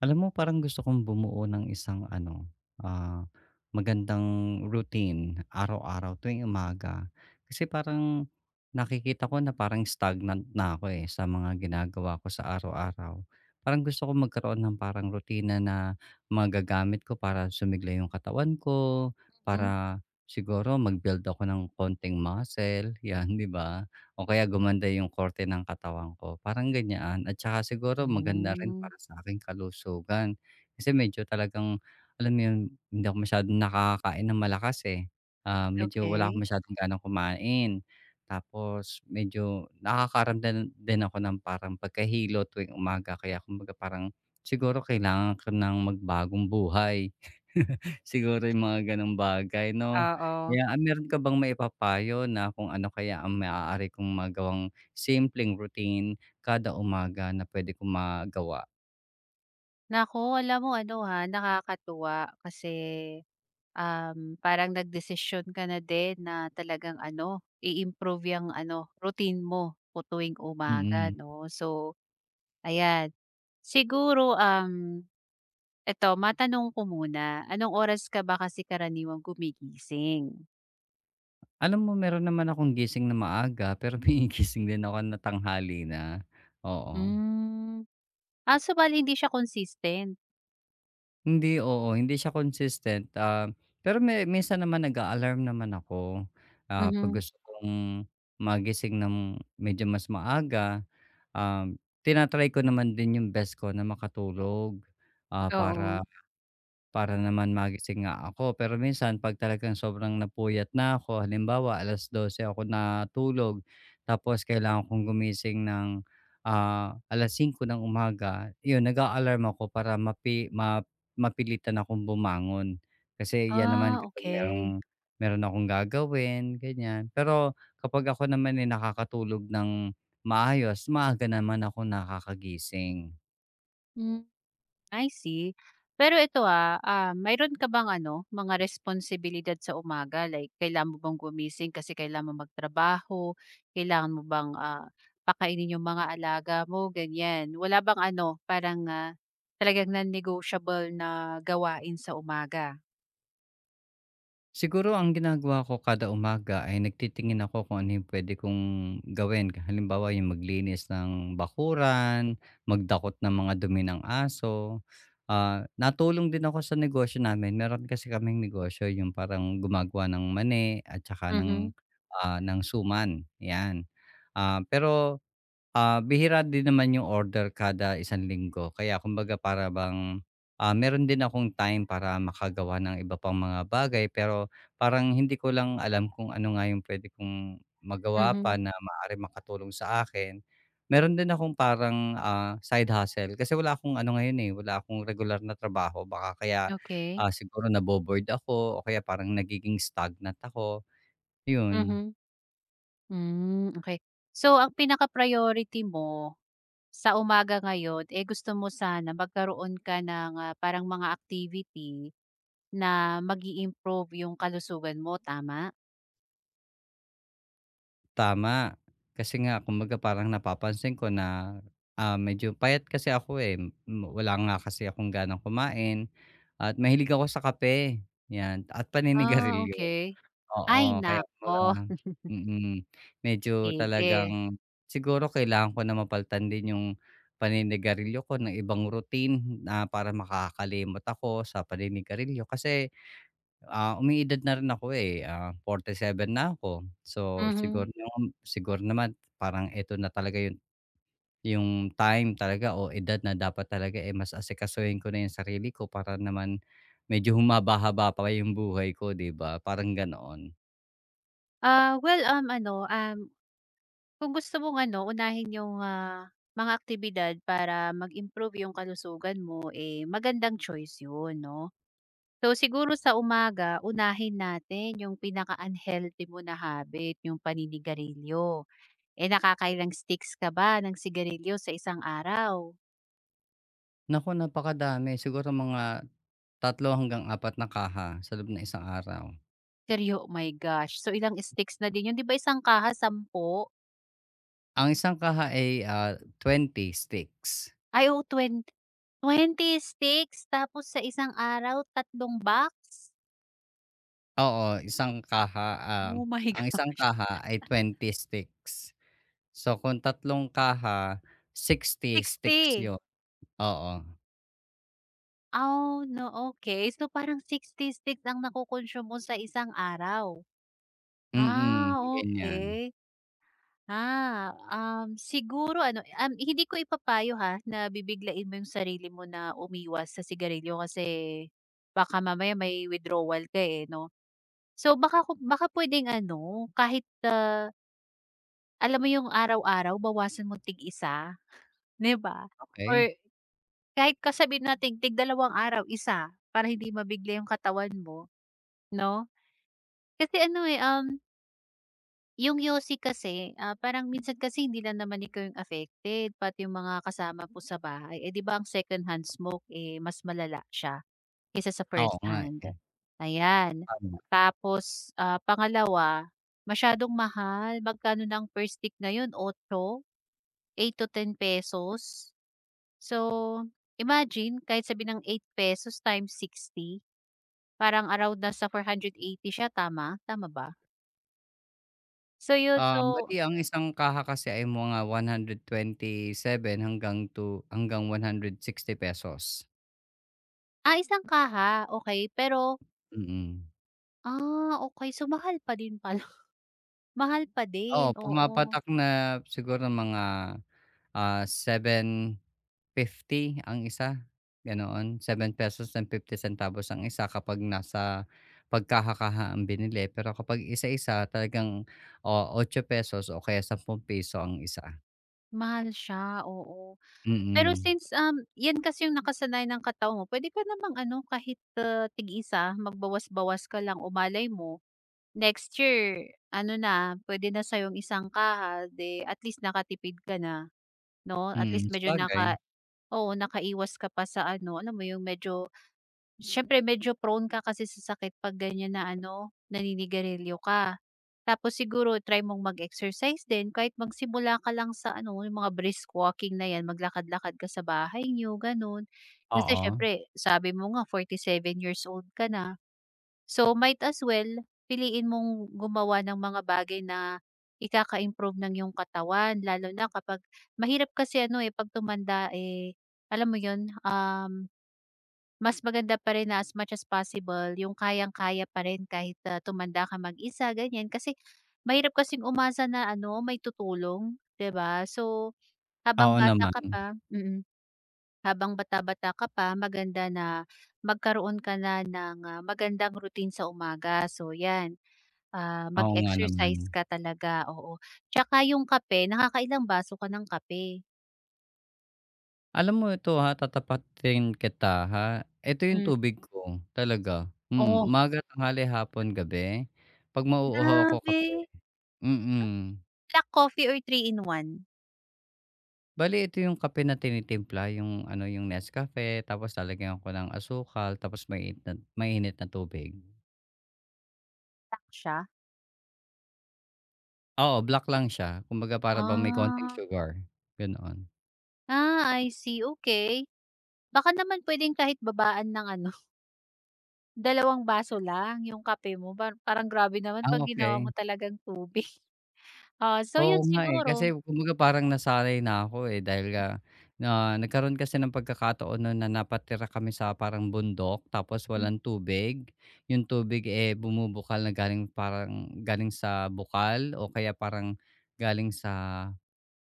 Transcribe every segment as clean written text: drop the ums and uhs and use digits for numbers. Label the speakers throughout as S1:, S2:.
S1: Alam mo parang gusto kong bumuo ng isang ano, ah, magandang routine araw-araw tuwing umaga. Kasi parang nakikita ko na parang stagnant na ako, eh, sa mga ginagawa ko sa araw-araw. Parang gusto ko magkaroon ng parang rutina na magagamit ko para sumigla yung katawan ko,
S2: Hmm.
S1: para siguro mag-build ako ng konting muscle, 'yan, 'di ba? O kaya gumanda yung korte ng katawan ko, parang ganyan. At saka siguro maganda rin
S2: Hmm.
S1: para sa'king kalusugan. Kasi medyo talagang, alam mo yun, hindi ako masyadong nakakakain ng malakas, eh. Medyo wala akong
S2: Okey.
S1: masyadong ganang kumain. Tapos medyo nakakaramdam din ako ng parang pagkahilo tuwing umaga. Kaya kumbaga parang siguro kailangan ko ng magbagong buhay. Siguro yung mga gano'ng bagay 'no?
S2: Oo.
S1: Kaya, meron ka bang maipapayo na kung ano kaya ang maaari kong magawang simpleng routine kada umaga na pwede kong magawa?
S2: Naku, alam mo ano, ha, nakakatuwa kasi, parang nagdesisyon ka na din na talagang ano, i-improve 'yang ano, routine mo o tuwing umaga,
S1: Mm.
S2: 'no. So, ayan. Siguro, eto matanong ko muna, anong oras ka ba kasi karaniwang gumigising?
S1: Alam mo meron naman akong gising na maaga, pero may gising din ako na tanghali na, oo.
S2: Hmm. So bale hindi siya consistent?
S1: Hindi, oo, hindi siya consistent, pero minsan naman nag alarm naman ako, 'pag
S2: Mhm.
S1: gusto kong magising ng medyo mas maaga. Tina-try ko naman din yung best ko na makatulog, para
S2: Oo.
S1: para naman magising nga ako. Pero minsan 'pag talagang sobrang napuyat na ako, halimbawa 12:00 ako natulog, tapos kailangan kong gumising ng, 5:00 ng umaga, yun nag-a-alarm ako para mapilitan akong bumangon. Kasi 'yan naman
S2: Ah,
S1: kapag
S2: okey.
S1: meron akong gagawin, ganyan. Pero kapag ako naman, eh, nakakatulog ng maayos, maaga naman akong nakakagising.
S2: Hmm. I see. Pero ito, mayro'n ka bang ano, mga responsibilidad sa umaga, like kailangan mo bang gumising kasi kailangan mo magtrabaho, kailangan mo bang, pakainin yung mga alaga mo, ganyan? Wala bang ano, parang, talagang non-negotiable na gawain sa umaga?
S1: Siguro ang ginagawa ko kada umaga ay nagtitingin ako kung ano yung puwede kong gawin. Halimbawa, yung maglinis ng bakuran, magdakot ng mga dumi ng aso. Natulong din ako sa negosyo namin. Meron kasi kaming negosyo, yung parang gumagawa ng mani at saka ng,
S2: Mhm.
S1: ah, ng suman, 'yan. Ah, pero Bihira din naman yung order kada isang linggo kaya kumbaga para bang, meron din akong time para makagawa ng iba pang mga bagay pero parang hindi ko lang alam kung ano nga yung puwede kong magawa pa
S2: Mhm.
S1: na maaari makatulong sa akin. Meron din akong parang, side hustle kasi wala akong ano ngayon, eh, wala akong regular na trabaho baka kaya,
S2: Okey.
S1: siguro nabo-bored ako o kaya parang nagiging stagnant ako, yun.
S2: Mhm. Hmm. Okay. So ang pinaka-priority mo sa umaga ngayon, eh, gusto mo sana magkaroon ka ng, parang mga activity na mag improve yung kalusugan mo, tama?
S1: Tama. Kasi nga kumbaga parang napapansin ko na, medyo payat kasi ako, eh, wala nga kasi akong ganang kumain at mahilig ako sa kape, 'yan at
S2: Ah,
S1: paninigarilyo.
S2: okay. Ay
S1: Oo, kaya kumbaga
S2: nako,
S1: mm, medyo
S2: sige.
S1: talagang siguro kailangan ko na mapalitan din yung paninigarilyo ko ng ibang routine na para makakalimot ako sa paninigarilyo kasi umiidad na rin ako, eh, seven na ako. So, siguro
S2: Mhm.
S1: naman siguro naman parang eto na talaga yung time talaga o edad na dapat talaga, eh, mas asikasuhin ko na yung sarili ko para naman medyo humaba-haba pa yung buhay ko, 'di ba? Parang ganoon.
S2: Well, ano, kung gusto mong ano, unahin yung, mga aktibidad para mag-improve yung kalusugan mo, eh, magandang choice yun, 'no. So, siguro sa umaga unahin natin yung pinaka-unhealthy mo na habit, yung paninigarilyo. Eh, nakakailang sticks ka ba ng sigarilyo sa isang araw?
S1: Naku, napakadami. Siguro mga tatlo hanggang apat na kaha sa loob ng isang araw.
S2: Seryo, oh my gosh, so ilang sticks na din yun, 'di ba isang kaha 10?
S1: Ang isang kaha ay, 20 sticks.
S2: Ay oo, 20, 20 sticks tapos sa isang araw tatlong box?
S1: Oo, isang kaha,
S2: Oh my
S1: ang
S2: gosh.
S1: isang kaha ay 20 sticks. So, kung tatlong kaha, 60 sticks
S2: 60.
S1: yun, oo.
S2: Oh no, okay. So parang 60 sticks ang nakokonsume mo sa isang araw?
S1: Mm,
S2: Ah,
S1: ganyan.
S2: okay. Siguro ano, hindi ko ipapayo, ha, na bibiglain mo yung sarili mo na umiwas sa sigarilyo kasi baka mamaya may withdrawal ka, eh, 'no? So baka baka pwedeng ano, kahit, alam mo yung araw-araw bawasan mo tig-isa, 'di ba?
S1: Okey,
S2: Or kahit kasabi natin tig dalawang araw isa para hindi mabigla yung katawan mo, 'no? Kasi ano, eh, yung yosi kasi, parang minsan kasi hindi lang naman ikaw yung affected, pati yung mga kasama po sa bahay. Eh, 'di ba ang secondhand smoke, eh, mas malala siya kaysa sa
S1: oo nga,
S2: firsthand,
S1: eh,
S2: ayan.
S1: tama.
S2: Tapos, pangalawa, masyadong mahal. Magkano ng first per stick ngayon, ₱8? Eight to ten pesos. So, imagine kahit sabi ng ₱8 times 60, parang around na sa 480 siya, tama? Tama ba? So yun, so.
S1: Bale ang isang kaha kasi ay mga 127 hanggang ₱160.
S2: Ah, isang kaha, okey. Pero,
S1: Mm.
S2: okey. So, mahal pa din pala. Mahal pa din,
S1: Oo,
S2: oo.
S1: pumapatak na siguro mga, 7.50 ang isa, ganoon. ₱7.50 ang isa kapag nasa pagkahakaha ang binili. Pero kapag isa-isa talagang, oh, ₱8 o kaya ₱10 ang isa.
S2: Mahal siya, oo. Pero
S1: Mm,
S2: since, 'yan kasi yung nakasanayan ng katawan mo, puwede ka namang ano, kahit, tig-isa, magbawas-bawas ka lang. O malay mo, next year ano na, puwede na sa'yo yung isang kaha, 'di at least nakatipid ka na, 'no? At least
S1: mm,
S2: medyo
S1: sabagay.
S2: oo, nakaiwas ka pa sa ano, alam mo yung medyo. Siyempre medyo prone ka kasi sa sakit 'pag ganyan na ano, naninigarilyo ka. Tapos siguro try mong mag-exercise din kahit magsimula ka lang sa ano, yung mga brisk walking na 'yan, maglakad-lakad ka sa bahay niyo, gano'n. Kasi
S1: Oo,
S2: siyempre sabi mo nga 47 years old ka na. So, might as well piliin mong gumawa ng mga bagay na ikaka-improve ng yung katawan lalo na kapag mahirap kasi ano, eh, 'pag tumanda, eh, alam mo 'yun, mas maganda pa rin na as much as possible yung kayang-kaya pa rin kahit, tumanda ka mag-isa ganyan. Kasi mahirap kasing umasa na ano may tutulong, 'di ba? So, habang
S1: oo
S2: bata
S1: naman.
S2: ka pa, mm, habang bata-bata ka pa maganda na magkaroon ka na ng, magandang routine sa umaga. So 'yan,
S1: Oo nga naman.
S2: mag-exercise ka talaga, oo. Tsaka yung kape, nakakailang baso ka ng kape?
S1: Alam mo ito, ha, tatapatin kita, ha. Ito yung
S2: Hmm,
S1: tubig ko talaga, mm.
S2: oh,
S1: Umaga, tanghali, hapon, gabi, 'pag mauuhaw ako kape,
S2: grabe.
S1: mm.
S2: Black coffee or three in one?
S1: Bale ito yung kape na tinitimpla, yung ano, yung Nescafe tapos lalagyan ko ng asukal tapos mainit na tubig.
S2: Black siya?
S1: Oo, black lang siya kumbaga para bang may konting
S2: Ah,
S1: sugar, ganoon.
S2: I see, okay. Baka naman puwedeng kahit babaan ng ano, dalawang baso lang yung kape mo, parang grabe naman
S1: Ah,
S2: 'pag ginawa
S1: okay.
S2: mo talagang tubig. So
S1: Oo
S2: yun
S1: nga, eh,
S2: siguro.
S1: kasi kumbaga parang nasanay na ako, eh, dahil nga na nagkaroon kasi ng pagkakataon nun na napatira kami sa parang bundok tapos
S2: Hmm.
S1: walang tubig. Yung tubig, eh, bumubukal na galing parang galing sa bukal o kaya parang galing sa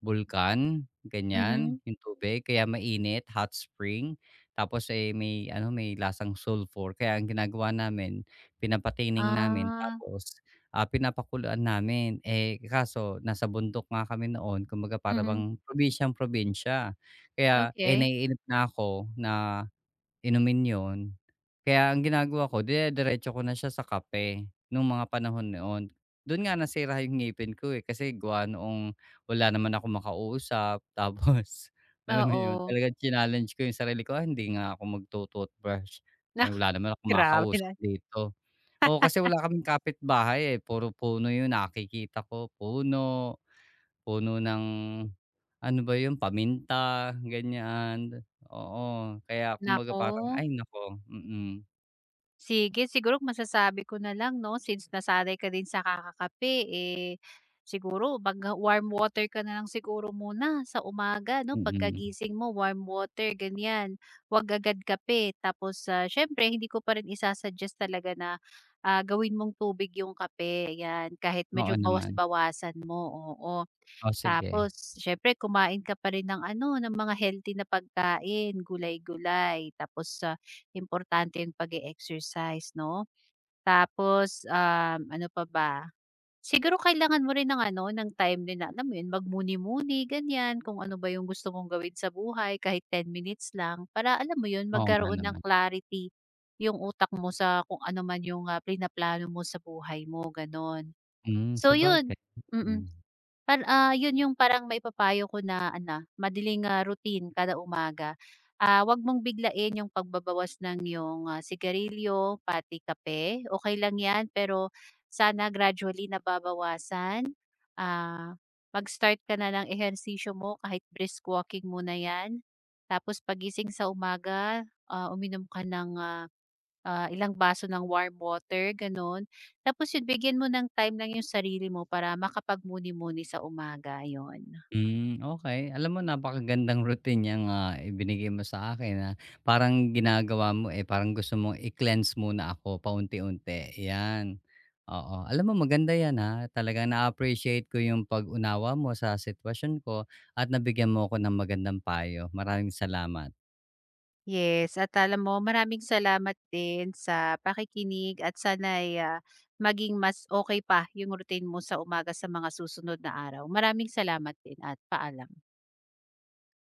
S1: Bulkan, ganyan,
S2: Mhm.
S1: yung tubig kaya mainit, hot spring. Tapos, eh, may ano, may lasang sulfur kaya ang ginagawa namin pinapatining namin
S2: Ah.
S1: tapos, pinapakuluan namin. Eh, kaso nasa bundok nga kami noon kumbaga para
S2: Mhm.
S1: bang probinsyang-probinsya. Kaya, eh,
S2: Okay.
S1: naiinip na ako na inumin 'yon. Kaya ang ginagawa ko dinediretso ko na siya sa kape nung mga panahon noon. Do'n nga nasira yung ngipin ko, eh, kasi gawa noong wala naman ako makausap tapos alam mo 'yon,
S2: Oo.
S1: talagang chinallenge ko yung sarili ko, "Ah, hindi nga ako magto-toothbrush.
S2: Na.
S1: Ay, wala naman ako
S2: Grabe
S1: makausap
S2: na.
S1: dito." Oo, kasi wala kaming kapitbahay, eh, puro puno yung nakikita ko, puno. Puno ng ano ba yun, paminta, ganyan. Oo, kaya kumbaga parang
S2: Naku.
S1: ay nako, mm,
S2: Sige, siguro masasabi ko na lang, 'no, since nasanay ka din sa kakakape, eh, siguro magwa-warm water ka na lang siguro muna sa umaga, 'no,
S1: mm.
S2: pagkagising mo warm water ganyan, 'wag agad kape. Tapos, siyempre hindi ko pa rin isa talaga na, gawin mong tubig yung kape, 'yan kahit
S1: Oo
S2: medyo
S1: naman.
S2: bawas-bawasan mo, oo.
S1: O sige.
S2: Tapos syempre kumain ka pa rin ng ano, ng mga healthy na pagkain, gulay-gulay, tapos, importante yung pag-e-exercise, 'no? Tapos, ano pa ba? Siguro kailangan mo rin ng ano, ng time din na alam mo yun, magmuni-muni ganyan, kung ano ba yung gusto mong gawin sa buhay kahit 10 minutes lang para alam mo yun,
S1: Oo nga
S2: magkaroon ng
S1: naman.
S2: clarity yung utak mo sa kung ano man yung, plano mo sa buhay mo, gano'n.
S1: Hmm,
S2: So
S1: sabagay,
S2: yun. Mm.
S1: mm.
S2: 'Yun yung parang may papayo ko na ano, madaling, routine kada umaga. 'Wag mong biglain yung pagbabawas ng iyong, sigarilyo pati kape, okay lang 'yan pero sana gradually nababawasan. Ah, mag-start ka na ng ehersisyo mo kahit brisk walking muna 'yan. Tapos pagising sa umaga, uminom ka ng, ilang baso ng warm water, gano'n. Tapos yun bigyan mo ng time lang yung sarili mo para makapagmuni-muni sa umaga, yon.
S1: Hmm, okay. Alam mo napakagandang routine niyang, ibinigay mo sa akin, na. Parang ginagawa mo, eh, parang gusto mong i-cleanse muna ako paunti-unti, 'yan. Oo, alam mo maganda 'yan, ha. Talagang na-appreciate ko yung pag-unawa mo sa sitwasyon ko at nabigyan mo ako ng magandang payo. Maraming salamat.
S2: Yes, at alam mo maraming salamat din sa pakikinig at sana'y, maging mas okay pa yung routine mo sa umaga sa mga susunod na araw. Maraming salamat din at paalam.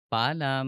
S1: Paalam.